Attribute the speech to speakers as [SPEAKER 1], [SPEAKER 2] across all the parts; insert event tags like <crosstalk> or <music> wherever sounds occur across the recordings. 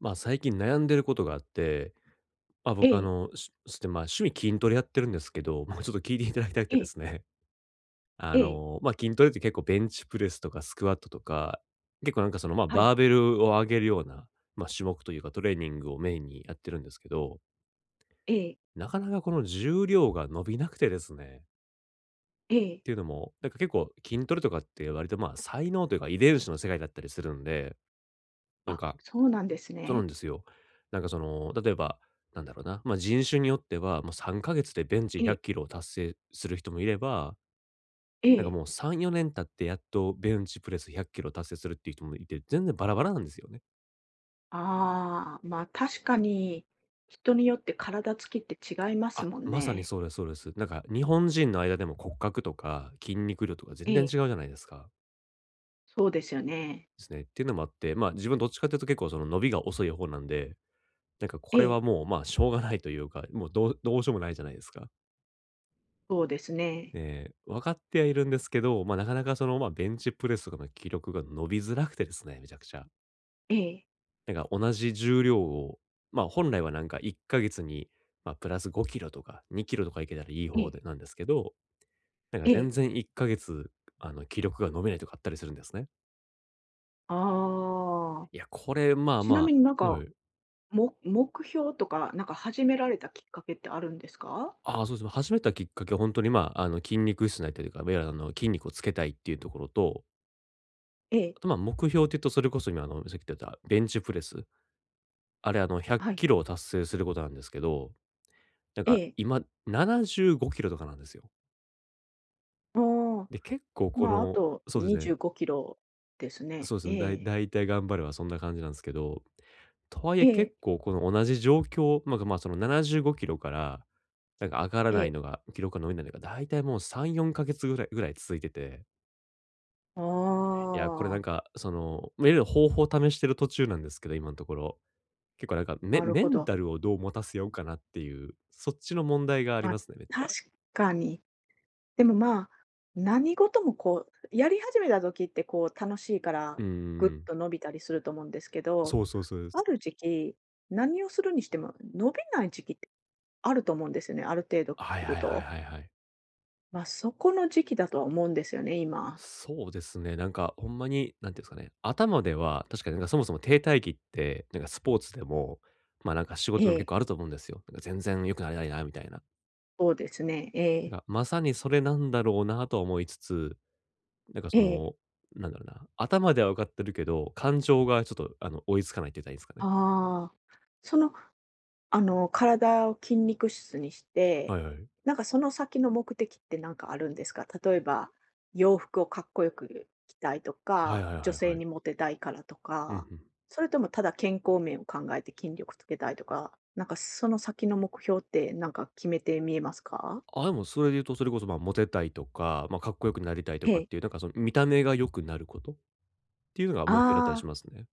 [SPEAKER 1] まあ、最近悩んでることがあって、まあ、
[SPEAKER 2] え
[SPEAKER 1] 僕
[SPEAKER 2] え、
[SPEAKER 1] しして、まあ、趣味筋トレやってるんですけど、もうちょっと聞いていただきたくて
[SPEAKER 2] え
[SPEAKER 1] で
[SPEAKER 2] え、
[SPEAKER 1] すね。<laughs>
[SPEAKER 2] ええ、
[SPEAKER 1] まあ、筋トレって結構ベンチプレスとかスクワットとか、結構なんかその、まあ、
[SPEAKER 2] はい、
[SPEAKER 1] バーベルを上げるような、まあ、種目というかトレーニングをメインにやってるんですけど、
[SPEAKER 2] ええ、
[SPEAKER 1] なかなかこの重量が伸びなくてですね。っ
[SPEAKER 2] ええ。
[SPEAKER 1] ていうのも、なんか結構筋トレとかって割とまあ、才能というか遺伝子の世界だったりするんで、なん
[SPEAKER 2] あ、
[SPEAKER 1] か
[SPEAKER 2] そうなんです
[SPEAKER 1] そうな
[SPEAKER 2] ね。
[SPEAKER 1] んですよ。なんかその、例えば、なんだろうな、まあ、人種によっては、もう3ヶ月でベンチ
[SPEAKER 2] え
[SPEAKER 1] 100
[SPEAKER 2] え、
[SPEAKER 1] キロを達成する人もいれば、
[SPEAKER 2] え
[SPEAKER 1] なんか
[SPEAKER 2] え。
[SPEAKER 1] もう3、4年経ってやっとベンチプレス100キロ達成するっていう人もいて、全然バラバラなんですよね。
[SPEAKER 2] ああ、まあ、確かに、人によって体つきって違います
[SPEAKER 1] あ、
[SPEAKER 2] もん
[SPEAKER 1] まさに
[SPEAKER 2] ね。
[SPEAKER 1] そうですそうです。なんか日本人の間でも骨格とか筋肉量とか全
[SPEAKER 2] え
[SPEAKER 1] 然
[SPEAKER 2] え、
[SPEAKER 1] 違うじゃないですか。
[SPEAKER 2] そうですよね。
[SPEAKER 1] ですね。っていうのもあって、まあ自分どっちかっていうと結構その伸びが遅い方なんで、なんかこ
[SPEAKER 2] え
[SPEAKER 1] れは
[SPEAKER 2] え、
[SPEAKER 1] もうまあしょうがないというか、もうどうしようもないじゃないですか。
[SPEAKER 2] そうですね。
[SPEAKER 1] で、分かってはいるんですけど、まあ、なかなかその、まあ、ベンチプレスとかの気力が伸びづらくてですね、めちゃくちゃ。
[SPEAKER 2] ええ、
[SPEAKER 1] なんか同じ重量を、まあ、本来はなんか1ヶ月に、まあ、プラス5キロとか2キロとかいけたらいい
[SPEAKER 2] え
[SPEAKER 1] 方で
[SPEAKER 2] え、
[SPEAKER 1] なんですけど、なんか
[SPEAKER 2] え
[SPEAKER 1] 全
[SPEAKER 2] え。
[SPEAKER 1] 然1ヶ月、気力が伸びないとかあったりするんですね。
[SPEAKER 2] ああ、
[SPEAKER 1] いや、これ、まあ
[SPEAKER 2] ちな
[SPEAKER 1] ま
[SPEAKER 2] みになん
[SPEAKER 1] あは
[SPEAKER 2] か、
[SPEAKER 1] い。
[SPEAKER 2] 目標とか、なんか始められたきっかけってあるんですか？
[SPEAKER 1] ああ、そうですね。始めたきっかけは本当に、まあ、筋肉質になりたいというか、いわゆる筋肉をつけたいっていうところと、
[SPEAKER 2] ええ、
[SPEAKER 1] あと、まあ、目標っていうと、それこそ今さっき言ってたベンチプレスあれ、100
[SPEAKER 2] はい、
[SPEAKER 1] キロを達成することなんですけど、なん
[SPEAKER 2] え
[SPEAKER 1] か
[SPEAKER 2] え。
[SPEAKER 1] 今75キロとかなんですよ。
[SPEAKER 2] ああ、
[SPEAKER 1] で、結構こ
[SPEAKER 2] まあ、あ
[SPEAKER 1] の
[SPEAKER 2] と
[SPEAKER 1] そうですね。
[SPEAKER 2] 25キロですね。
[SPEAKER 1] そうですね。
[SPEAKER 2] え
[SPEAKER 1] だい
[SPEAKER 2] え。
[SPEAKER 1] 大体頑張ればそんな感じなんですけど、とはいえ
[SPEAKER 2] え
[SPEAKER 1] 結
[SPEAKER 2] え、
[SPEAKER 1] 構この同じ状況、ま、あま、その75キロから、なんか上がら
[SPEAKER 2] え
[SPEAKER 1] ない
[SPEAKER 2] え。
[SPEAKER 1] のが、記録が伸びないのが、大体もう3、4ヶ月ぐらい続いてて、
[SPEAKER 2] あ
[SPEAKER 1] いや、これなん
[SPEAKER 2] あ、
[SPEAKER 1] か、その、ま、いろいろ方法を試してる途中なんですけど、今のところ。結構なんか、メ
[SPEAKER 2] なる
[SPEAKER 1] メ
[SPEAKER 2] ほ
[SPEAKER 1] ン
[SPEAKER 2] ど。
[SPEAKER 1] タルをどう持たせようかなっていう、そっちの問題があり
[SPEAKER 2] ま、
[SPEAKER 1] ますね、めっちゃ。
[SPEAKER 2] 確かに。でも、まあ、何事もこう、やり始めた時ってこう楽しいか
[SPEAKER 1] う
[SPEAKER 2] ら、
[SPEAKER 1] ん
[SPEAKER 2] ぐっ
[SPEAKER 1] ん。
[SPEAKER 2] と伸びたりすると思うんですけど、
[SPEAKER 1] そうそうそうで
[SPEAKER 2] あ
[SPEAKER 1] す。
[SPEAKER 2] る時期、何をするにしても伸びない時期ってあると思うんですよね、ある程度
[SPEAKER 1] はい
[SPEAKER 2] 来る
[SPEAKER 1] はいはい
[SPEAKER 2] と。
[SPEAKER 1] はいはい。
[SPEAKER 2] ま、そこの時期だとは思うんですよね、今。
[SPEAKER 1] そうですね。なんかほんまに、なんていうんですかね、頭では確かになんかそもそも停滞期って、なんかスポーツでも、まあなんか仕
[SPEAKER 2] え
[SPEAKER 1] 事でも結
[SPEAKER 2] え、
[SPEAKER 1] 構あると思うんですよ。なんか全然良くなれないなみたいな。
[SPEAKER 2] そうですね。ええ、
[SPEAKER 1] なんかまさにそれなんだろうなとは思いつつ、なんか
[SPEAKER 2] え
[SPEAKER 1] そ
[SPEAKER 2] え。
[SPEAKER 1] の、なんだろうな、頭では分かってるけど、感情がちょっと追いつかないって言ったらいいんですかね。
[SPEAKER 2] ああ。その、あの、体を筋肉質にして、
[SPEAKER 1] はいはい。
[SPEAKER 2] なんかその先の目的ってなんかあるんですか？例えば、洋服をかっこよく着たいと
[SPEAKER 1] はい
[SPEAKER 2] か、
[SPEAKER 1] はいは
[SPEAKER 2] 女
[SPEAKER 1] い
[SPEAKER 2] 性
[SPEAKER 1] はい。
[SPEAKER 2] にモテたいからと
[SPEAKER 1] うんう
[SPEAKER 2] か、
[SPEAKER 1] ん。
[SPEAKER 2] それともただ健康面を考えて筋力つけたいとか、なんかその先の目標ってなんか決めて見えますか？
[SPEAKER 1] あ、でもそれで言うと、それこそ、まあ、モテたいとか、まあ、かっこよくなりたいと
[SPEAKER 2] え
[SPEAKER 1] かっ
[SPEAKER 2] え。
[SPEAKER 1] ていう、なんかその見た目が良くなることっていうのが目標だったり
[SPEAKER 2] あ
[SPEAKER 1] し
[SPEAKER 2] あ、
[SPEAKER 1] ますね。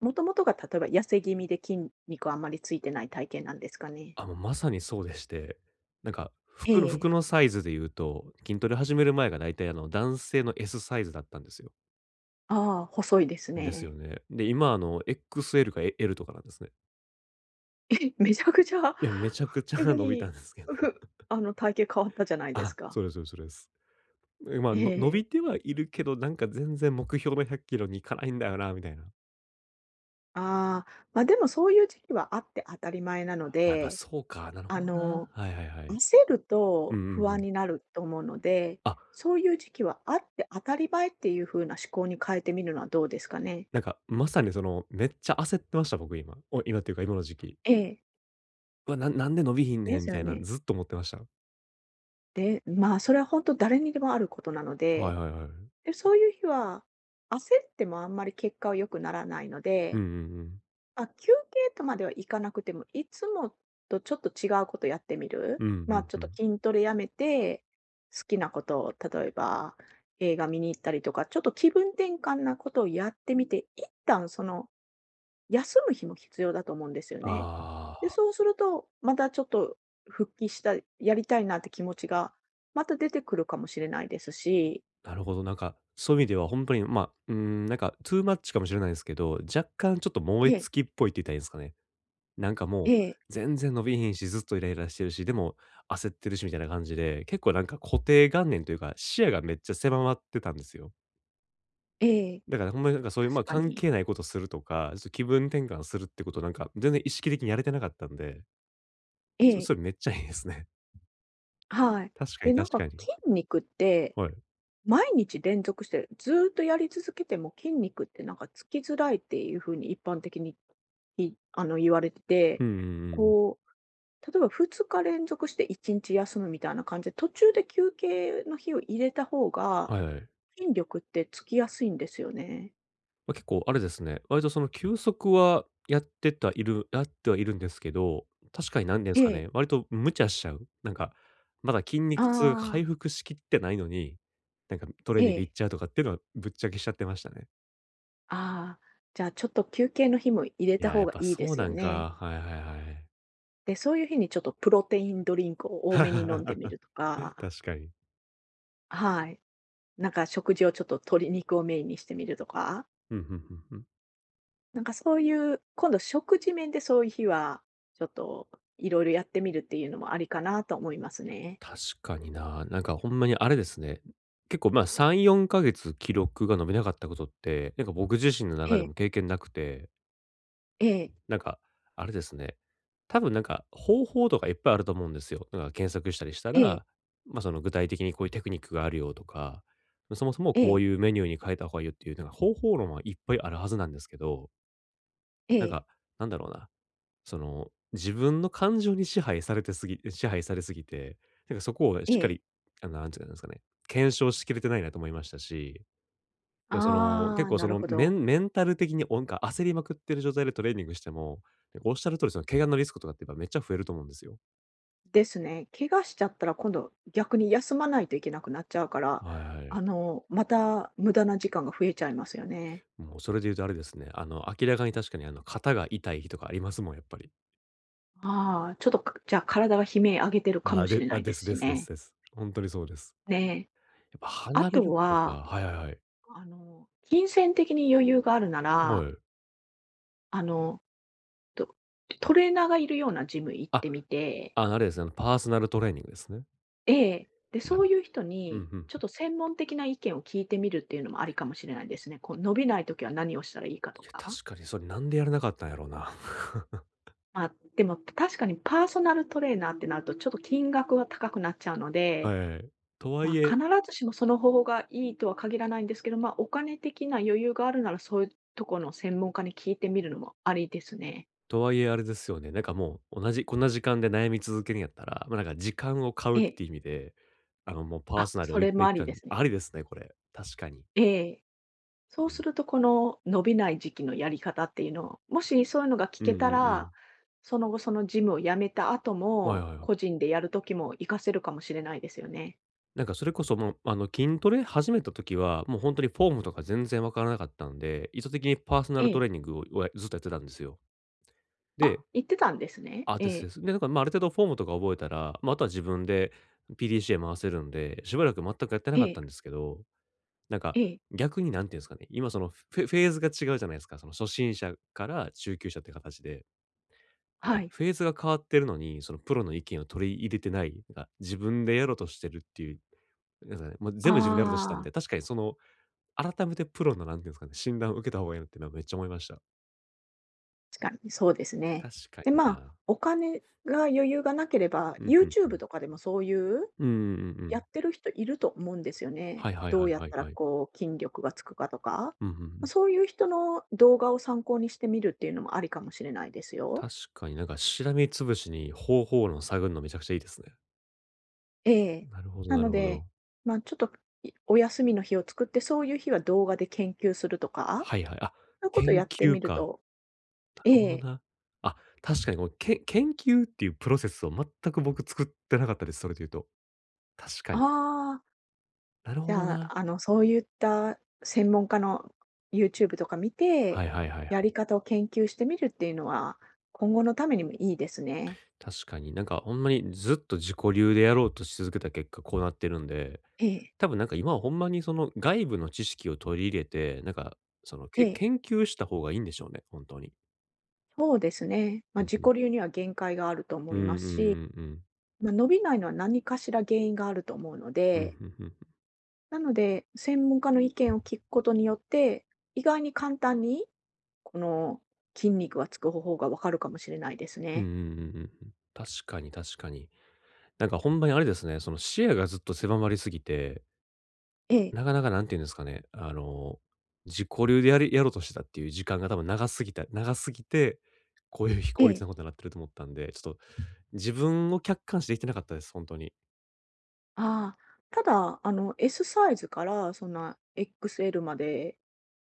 [SPEAKER 2] もともとが例えば痩せ気味で筋肉あんまりついてない体型なんですかね？
[SPEAKER 1] あ、もうまさにそうでして、なんか
[SPEAKER 2] え
[SPEAKER 1] 服の
[SPEAKER 2] え。
[SPEAKER 1] サイズで言うと、筋トレ始める前が大体男性の S サイズだったんですよ。
[SPEAKER 2] ああ、細いです
[SPEAKER 1] ですよ
[SPEAKER 2] ね。
[SPEAKER 1] ね。で、今XL か L とかなんですね。
[SPEAKER 2] え、めちゃくちゃ
[SPEAKER 1] いや、め
[SPEAKER 2] <laughs>
[SPEAKER 1] ちゃくち
[SPEAKER 2] 急
[SPEAKER 1] ゃ <laughs> 伸びたん
[SPEAKER 2] に、
[SPEAKER 1] ですけど。
[SPEAKER 2] <laughs> あの、体型変わった
[SPEAKER 1] <laughs>
[SPEAKER 2] じゃないです
[SPEAKER 1] あ、
[SPEAKER 2] か。
[SPEAKER 1] そうですそうですそうです。え、まあ、の伸
[SPEAKER 2] ええ。
[SPEAKER 1] びてはいるけど、なんか全然目標の100キロに行かないんだよなみたいな。
[SPEAKER 2] ああ、ま、でもそういう時期はあって当たり前なの
[SPEAKER 1] あ、やっぱ
[SPEAKER 2] で、
[SPEAKER 1] そうか、なるほ
[SPEAKER 2] あ
[SPEAKER 1] ど
[SPEAKER 2] の、
[SPEAKER 1] な。はいはいはい。
[SPEAKER 2] 焦る
[SPEAKER 1] うんう
[SPEAKER 2] と不
[SPEAKER 1] んう
[SPEAKER 2] 安
[SPEAKER 1] ん。
[SPEAKER 2] になると思うので、
[SPEAKER 1] あ、
[SPEAKER 2] そういう時期はあって当たり前っていう風な思考に変えてみるのはどうですかね。
[SPEAKER 1] なんか、まさにその、めっちゃ焦ってました、僕今。お今っていうか今の時期。
[SPEAKER 2] ええ、
[SPEAKER 1] うわ、なんで伸びひんね
[SPEAKER 2] で
[SPEAKER 1] んみ
[SPEAKER 2] すよ
[SPEAKER 1] たいな
[SPEAKER 2] ね。
[SPEAKER 1] ずっと思ってました。
[SPEAKER 2] で、まあ、それは本当誰にでもあることなの
[SPEAKER 1] はい
[SPEAKER 2] で、
[SPEAKER 1] はいはい。
[SPEAKER 2] で、そういう日は、焦ってもあんまり結果は良くならないの
[SPEAKER 1] うん
[SPEAKER 2] で、
[SPEAKER 1] うんうん。
[SPEAKER 2] あ、休憩とまではいかなくても、いつもとちょっと違うことやってみ
[SPEAKER 1] う
[SPEAKER 2] る。
[SPEAKER 1] んう
[SPEAKER 2] まあ、ちょっ
[SPEAKER 1] んう
[SPEAKER 2] と
[SPEAKER 1] ん。
[SPEAKER 2] 筋トレやめて、好きなことを、例えば映画見に行ったりとか、ちょっと気分転換なことをやってみて、一旦その休む日も必要だと思うんですよね。で、
[SPEAKER 1] あ
[SPEAKER 2] そうすると、またちょっと復帰したやりたいなって気持ちがまた出てくるかもしれないですし、
[SPEAKER 1] あ、なるほど。なんか、そういう意味ではほんとに、まあ、うーん、なんか、トゥーマッチかもしれないですけど、若干ちょっと燃え
[SPEAKER 2] ええ、
[SPEAKER 1] 尽きっぽいって言ったらいいんですかね。なんかも
[SPEAKER 2] え
[SPEAKER 1] う、
[SPEAKER 2] え、
[SPEAKER 1] 全然伸びひんし、ずっとイライラしてるし、でも焦ってるしみたいな感じで、結構なんか固定観念というか、視野がめっちゃ狭まってたんですよ。
[SPEAKER 2] ええ、
[SPEAKER 1] だからほんまになんかそういう、ま
[SPEAKER 2] 確
[SPEAKER 1] あ、
[SPEAKER 2] か
[SPEAKER 1] 関
[SPEAKER 2] に。
[SPEAKER 1] 係ないことするとか、ちょっと気分転換するってことなんか、全然意識的にやれてなかったんで、
[SPEAKER 2] え
[SPEAKER 1] そ
[SPEAKER 2] え、
[SPEAKER 1] それめっちゃいいですね。
[SPEAKER 2] はい。
[SPEAKER 1] <laughs> 確かに
[SPEAKER 2] で、なん
[SPEAKER 1] 確か
[SPEAKER 2] か
[SPEAKER 1] に。
[SPEAKER 2] 筋肉って
[SPEAKER 1] はい。
[SPEAKER 2] 毎日連続して、ずーっとやり続けても筋肉ってなんかつきづらいっていう風に一般的に、あの、言われて
[SPEAKER 1] う
[SPEAKER 2] て、
[SPEAKER 1] んうんうん。
[SPEAKER 2] こう、例えば2日連続して1日休むみたいな感じで、途中で休憩の日を入れた方が、
[SPEAKER 1] はいはい。
[SPEAKER 2] 筋力ってつきやすいんですよね。
[SPEAKER 1] まあ、結構あれですね、割とその休息はやってはいるんですけど、確かになんです
[SPEAKER 2] え
[SPEAKER 1] か
[SPEAKER 2] え。
[SPEAKER 1] ね、割と無茶しちゃう。なんか、まだ筋
[SPEAKER 2] あ
[SPEAKER 1] 肉痛が回
[SPEAKER 2] あ、
[SPEAKER 1] 復しきってないのに、なんかトレー
[SPEAKER 2] え
[SPEAKER 1] ニング行っ
[SPEAKER 2] え。
[SPEAKER 1] ちゃうとかっていうのはぶっちゃけしちゃってましたね。
[SPEAKER 2] ああ、じゃあちょっと休憩の日も入れ
[SPEAKER 1] い
[SPEAKER 2] た
[SPEAKER 1] や、や
[SPEAKER 2] 方
[SPEAKER 1] っ
[SPEAKER 2] が
[SPEAKER 1] ぱ
[SPEAKER 2] いいで
[SPEAKER 1] そう
[SPEAKER 2] す
[SPEAKER 1] な
[SPEAKER 2] よ
[SPEAKER 1] ん
[SPEAKER 2] ね。
[SPEAKER 1] か。はいはいはい。
[SPEAKER 2] で、そういう日にちょっとプロテインドリンクを多めに飲んでみ
[SPEAKER 1] <laughs>
[SPEAKER 2] る
[SPEAKER 1] 確
[SPEAKER 2] とか、
[SPEAKER 1] かに。
[SPEAKER 2] はい。なんか食事をちょっと鶏肉をメインにしてみるとか、
[SPEAKER 1] うん、んうんうん。
[SPEAKER 2] なんかそういう、今度食事面でそういう日は、ちょっといろいろやってみるっていうのもありかなと思いますね。
[SPEAKER 1] 確かにな。なんかほんまにあれですね。結構まあ3、4ヶ月記録が伸びなかったことって、なんか僕自身の
[SPEAKER 2] え
[SPEAKER 1] 中で
[SPEAKER 2] え、
[SPEAKER 1] も経験なくて、
[SPEAKER 2] ええ、
[SPEAKER 1] なんかあれですね。多分なんか方法とかいっぱいあると思うんですよ。なんか検索したりした
[SPEAKER 2] ええ、
[SPEAKER 1] ら、まあその具体的にこういうテクニックがあるよとか、そもそも
[SPEAKER 2] え
[SPEAKER 1] こう
[SPEAKER 2] え、
[SPEAKER 1] いうメニューに変えた方がいいよっていう、なんか方法論はいっぱいあるはずなんですけど、
[SPEAKER 2] え
[SPEAKER 1] なん
[SPEAKER 2] え、
[SPEAKER 1] かなんだろうな。その、自分の感情に支配されすぎて、なんかそこをしっか
[SPEAKER 2] え
[SPEAKER 1] り、
[SPEAKER 2] え。
[SPEAKER 1] なんて言うんですかね、検証しきれてないなと思いましたし、いや、その、
[SPEAKER 2] あ
[SPEAKER 1] 結
[SPEAKER 2] あ、
[SPEAKER 1] 構そ
[SPEAKER 2] なる
[SPEAKER 1] の、
[SPEAKER 2] ほ
[SPEAKER 1] メ
[SPEAKER 2] ど。
[SPEAKER 1] ンメンタル的になんか焦りまくってる状態でトレーニングしても、なんかおっしゃる通りその怪我のリスクとかってやっぱめっちゃ増えると思うんですよ。
[SPEAKER 2] ですね。怪我しちゃったら今度逆に休まないといけなくなっちゃうから、
[SPEAKER 1] はいはい。
[SPEAKER 2] あの、また無駄な時間が増えちゃいますよね。
[SPEAKER 1] もうそれで言うとあれですね、明らかに確かに肩が痛い日とかありますもん、やっぱり。
[SPEAKER 2] ああ、ちょっとかじゃあ体が悲鳴上げてるか
[SPEAKER 1] あ、
[SPEAKER 2] もしれない
[SPEAKER 1] で
[SPEAKER 2] です
[SPEAKER 1] すで
[SPEAKER 2] し
[SPEAKER 1] すです
[SPEAKER 2] ね。
[SPEAKER 1] です。本当にそうです。
[SPEAKER 2] ねえ。
[SPEAKER 1] やっぱ
[SPEAKER 2] あ
[SPEAKER 1] 離れ
[SPEAKER 2] と
[SPEAKER 1] ることか
[SPEAKER 2] は、
[SPEAKER 1] はいはいはい。
[SPEAKER 2] あの、金銭的に余裕があるな
[SPEAKER 1] は
[SPEAKER 2] ら、
[SPEAKER 1] い。
[SPEAKER 2] あの、とトレーナーがいるようなジム行っ
[SPEAKER 1] あ、
[SPEAKER 2] てみて、
[SPEAKER 1] あれですね、パーソナルトレーニングですね。
[SPEAKER 2] ええ、で、
[SPEAKER 1] ま
[SPEAKER 2] そういう人
[SPEAKER 1] うん
[SPEAKER 2] に
[SPEAKER 1] うん。
[SPEAKER 2] ちょっと専門的な意見を聞いてみるっていうのもありかもしれないですね。こう伸びないときは何をしたらいいかと
[SPEAKER 1] いや、
[SPEAKER 2] か。
[SPEAKER 1] 確かにそれなんでやらなかったんやろうな。<laughs>
[SPEAKER 2] まあ、でも確かにパーソナルトレーナーってなるとちょっと金額は高くなっちゃうので、
[SPEAKER 1] はい。とはい
[SPEAKER 2] まあ、
[SPEAKER 1] え
[SPEAKER 2] 必ずしもその方法がいいとは限らないんですけど、まあ、お金的な余裕があるなら、そういうところの専門家に聞いてみるのもありですね。
[SPEAKER 1] とはいえあれですよね、なんかもう同じこんな時間で悩み続けるんやったら、まあ、なんか時間を買う
[SPEAKER 2] え
[SPEAKER 1] っ
[SPEAKER 2] え。
[SPEAKER 1] て意味で、もうパー
[SPEAKER 2] あ、
[SPEAKER 1] ソナル
[SPEAKER 2] そ
[SPEAKER 1] を一
[SPEAKER 2] れも
[SPEAKER 1] 定
[SPEAKER 2] あ
[SPEAKER 1] 期
[SPEAKER 2] り
[SPEAKER 1] 間
[SPEAKER 2] ですね。
[SPEAKER 1] ありですね、これ。確かに。
[SPEAKER 2] ええ。そう
[SPEAKER 1] う
[SPEAKER 2] す
[SPEAKER 1] ん。
[SPEAKER 2] ると、この伸びない時期のやり方っていうのを、もしそういうのが聞
[SPEAKER 1] うん
[SPEAKER 2] け
[SPEAKER 1] う
[SPEAKER 2] た
[SPEAKER 1] んうん
[SPEAKER 2] ら、その後、そのジムを辞めた後
[SPEAKER 1] はい
[SPEAKER 2] も、
[SPEAKER 1] はいは
[SPEAKER 2] 個
[SPEAKER 1] い。
[SPEAKER 2] 人でやる時も活かせるかもしれないですよね。
[SPEAKER 1] なんかそれこそもう、筋トレ始めた時は、もう本当にフォームとか全然わからなかったんで、意図的にパーソナ
[SPEAKER 2] え
[SPEAKER 1] ルト
[SPEAKER 2] え。
[SPEAKER 1] レーニングををずっとやってたんですよ。
[SPEAKER 2] あ、
[SPEAKER 1] で
[SPEAKER 2] 行ってたんですね。え
[SPEAKER 1] ですで
[SPEAKER 2] え、
[SPEAKER 1] す。で、だから、まあ、ある程度フォームとか覚えたら、まあ、あとは自分で PDCA 回せるんで、しばらく全くやってな
[SPEAKER 2] え
[SPEAKER 1] かった
[SPEAKER 2] え、
[SPEAKER 1] んですけど、なんか、
[SPEAKER 2] ええ、
[SPEAKER 1] 逆に何て言うんですかね、今そのフェーズが違うじゃないですか。その初心者から中級者って形で。な
[SPEAKER 2] は
[SPEAKER 1] んか
[SPEAKER 2] い。
[SPEAKER 1] フェーズが変わってるのに、そのプロの意見を取り入れてない、なんか自分でやろうとしてるっていう、なんかね、もう全部自分でやろうとしてたんで、
[SPEAKER 2] ああ、
[SPEAKER 1] 確かにその、改めてプロの何て言うんですかね、診断を受けた方がいいなっていうのはめっちゃ思いました。
[SPEAKER 2] 確かにそうですね。
[SPEAKER 1] 確か
[SPEAKER 2] で、
[SPEAKER 1] に
[SPEAKER 2] まあ、
[SPEAKER 1] な。
[SPEAKER 2] お金が余裕がなければ、
[SPEAKER 1] うん、うんうん。
[SPEAKER 2] YouTube とかでもそういう
[SPEAKER 1] うんうんうんう
[SPEAKER 2] や
[SPEAKER 1] ん。
[SPEAKER 2] ってる人いると思うんですよ
[SPEAKER 1] は
[SPEAKER 2] ね。
[SPEAKER 1] いはい
[SPEAKER 2] ど
[SPEAKER 1] は
[SPEAKER 2] う
[SPEAKER 1] い
[SPEAKER 2] やっ
[SPEAKER 1] はい
[SPEAKER 2] たら
[SPEAKER 1] はい。
[SPEAKER 2] こう筋力がつくかとか。
[SPEAKER 1] うん、うんう
[SPEAKER 2] ま、
[SPEAKER 1] ん。
[SPEAKER 2] そういう人の動画を参考にしてみるっていうのもありかもしれないですよ。
[SPEAKER 1] 確かになんかしらみつぶしに方法論探るのめちゃくちゃいいですね。
[SPEAKER 2] ええ。
[SPEAKER 1] なるほど
[SPEAKER 2] な
[SPEAKER 1] な
[SPEAKER 2] の
[SPEAKER 1] るほ
[SPEAKER 2] で、
[SPEAKER 1] ど。
[SPEAKER 2] まあ、ちょっと、お休みの日を作って、そういう日は動画で研究するとか、
[SPEAKER 1] はいはい。あ、
[SPEAKER 2] そういうことをや
[SPEAKER 1] 研
[SPEAKER 2] って
[SPEAKER 1] 究
[SPEAKER 2] みる
[SPEAKER 1] か。
[SPEAKER 2] と、
[SPEAKER 1] なる
[SPEAKER 2] え
[SPEAKER 1] ほど
[SPEAKER 2] え、
[SPEAKER 1] な。あ、確かにこう、研究っていうプロセスを全く僕作ってなかったです、それで言うと。確か
[SPEAKER 2] あ
[SPEAKER 1] に。
[SPEAKER 2] あ、
[SPEAKER 1] なるほ
[SPEAKER 2] じ
[SPEAKER 1] ど
[SPEAKER 2] ゃ
[SPEAKER 1] な。
[SPEAKER 2] あ、あの、そういった専門家の YouTube とか見
[SPEAKER 1] は
[SPEAKER 2] て、
[SPEAKER 1] いはいはいは
[SPEAKER 2] やり
[SPEAKER 1] い。
[SPEAKER 2] 方を研究してみるっていうのは、今後のためにもいいですね。
[SPEAKER 1] 確かになんかほんまにずっと自己流でやろうとし続けた結果こうなってるんで、
[SPEAKER 2] ええ、
[SPEAKER 1] 多分なんか今はほんまにその外部の知識を取り入れて、なんかその
[SPEAKER 2] ええ。
[SPEAKER 1] 研究した方がいいんでしょうね、本当に。
[SPEAKER 2] そうですね。ま
[SPEAKER 1] う
[SPEAKER 2] あ、
[SPEAKER 1] ん
[SPEAKER 2] 自
[SPEAKER 1] う
[SPEAKER 2] 己
[SPEAKER 1] ん。
[SPEAKER 2] 流には限界があると
[SPEAKER 1] う
[SPEAKER 2] 思
[SPEAKER 1] ん
[SPEAKER 2] いま
[SPEAKER 1] うん
[SPEAKER 2] すし、
[SPEAKER 1] うんうん。
[SPEAKER 2] まあ、伸びないのは何かしら原因があると思うの
[SPEAKER 1] うん、
[SPEAKER 2] で、
[SPEAKER 1] ふんふんふん。
[SPEAKER 2] なので、専門家の意見を聞くことによって、意外に簡単に、この筋肉がつく方法がわかるかもしれないです
[SPEAKER 1] うんうん
[SPEAKER 2] ね。
[SPEAKER 1] うんうんうん。確かに確かに。なんかほんまにあれですね、その視野がずっと狭まりすぎて、
[SPEAKER 2] ええ、
[SPEAKER 1] なかなかなんて言うんですかね、自己流でやろうとしてたっていう時間が多分長すぎて、こういう非
[SPEAKER 2] え
[SPEAKER 1] 効率
[SPEAKER 2] え、
[SPEAKER 1] なことになってると思ったんで、ちょっと自分を客観視できてなかったです、本当に。
[SPEAKER 2] ああ、ただ、あの、S サイズからそんな XL まで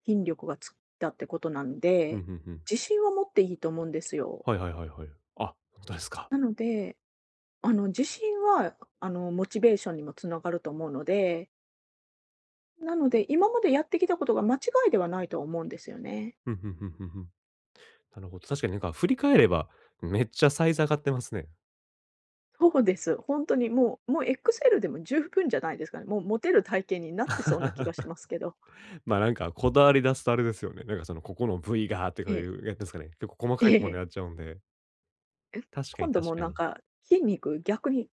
[SPEAKER 2] 筋力がつったってことなん
[SPEAKER 1] うん、う
[SPEAKER 2] で、
[SPEAKER 1] んうん。
[SPEAKER 2] 自信は持っていいと思うんですよ。
[SPEAKER 1] はいはいはいはい。あ、本当ですか。
[SPEAKER 2] なので、あの、自信は、あの、モチベーションにもつながると思うので、なので、今までやってきたことが間違いではないとは思うんですよね。
[SPEAKER 1] うんうんうんうんうん。なるほど。確かになんか振り返れば、めっちゃサイズ上がってますね。
[SPEAKER 2] そうです。本当にもうセルでも十分じゃないですかね。もうモテる体型になってそうな気
[SPEAKER 1] <laughs>
[SPEAKER 2] がしますけど。
[SPEAKER 1] まあ、なんかこだわり出すとあれですよね。なんかそのここの部位がとかい
[SPEAKER 2] ええ、
[SPEAKER 1] う、やつですかね。結構細
[SPEAKER 2] え
[SPEAKER 1] かいところまで
[SPEAKER 2] え。
[SPEAKER 1] やっちゃうんで。
[SPEAKER 2] え、
[SPEAKER 1] 確かに
[SPEAKER 2] 今度
[SPEAKER 1] 確
[SPEAKER 2] も
[SPEAKER 1] か
[SPEAKER 2] なん
[SPEAKER 1] に。
[SPEAKER 2] か、筋肉逆に、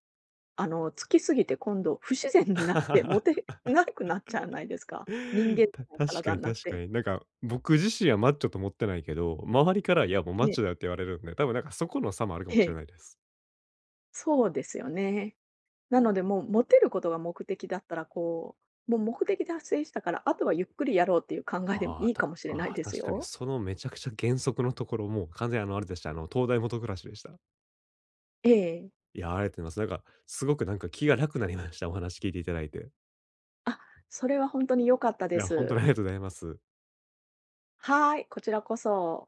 [SPEAKER 2] あの、つきすぎて今度不自然になって、モ
[SPEAKER 1] <laughs>
[SPEAKER 2] テなくなっちゃわないですか？人間じゃない
[SPEAKER 1] 確か
[SPEAKER 2] 体
[SPEAKER 1] に
[SPEAKER 2] になっ
[SPEAKER 1] 確か
[SPEAKER 2] て。
[SPEAKER 1] に。なんか僕自身はマッチョと思ってないけど、周りからいやもうマッ
[SPEAKER 2] え
[SPEAKER 1] チ
[SPEAKER 2] え、
[SPEAKER 1] ョだよって言われるんで、多分なんかそこの差もあるかも
[SPEAKER 2] え
[SPEAKER 1] しれ
[SPEAKER 2] え、
[SPEAKER 1] ないです。
[SPEAKER 2] そうですよね。なので、もうモテることが目的だったら、こう、もう目的達成したから、あとはゆっくりやろうっていう考えでも
[SPEAKER 1] あ
[SPEAKER 2] い
[SPEAKER 1] あ、
[SPEAKER 2] い
[SPEAKER 1] た
[SPEAKER 2] かもしれない
[SPEAKER 1] ああ、
[SPEAKER 2] です
[SPEAKER 1] 確かに
[SPEAKER 2] よ。
[SPEAKER 1] そのめちゃくちゃ原則のところ、もう完全にあれでした、あの東大元暮らしでした。
[SPEAKER 2] ええ。
[SPEAKER 1] いや、ありがとうございます。なんかすごくなんか気が楽になりました。お話聞いていただいて。
[SPEAKER 2] あ、それは本当に良かった
[SPEAKER 1] い
[SPEAKER 2] で
[SPEAKER 1] や、本当に
[SPEAKER 2] す。
[SPEAKER 1] ありがとうございます。
[SPEAKER 2] はーい、こちらこそ。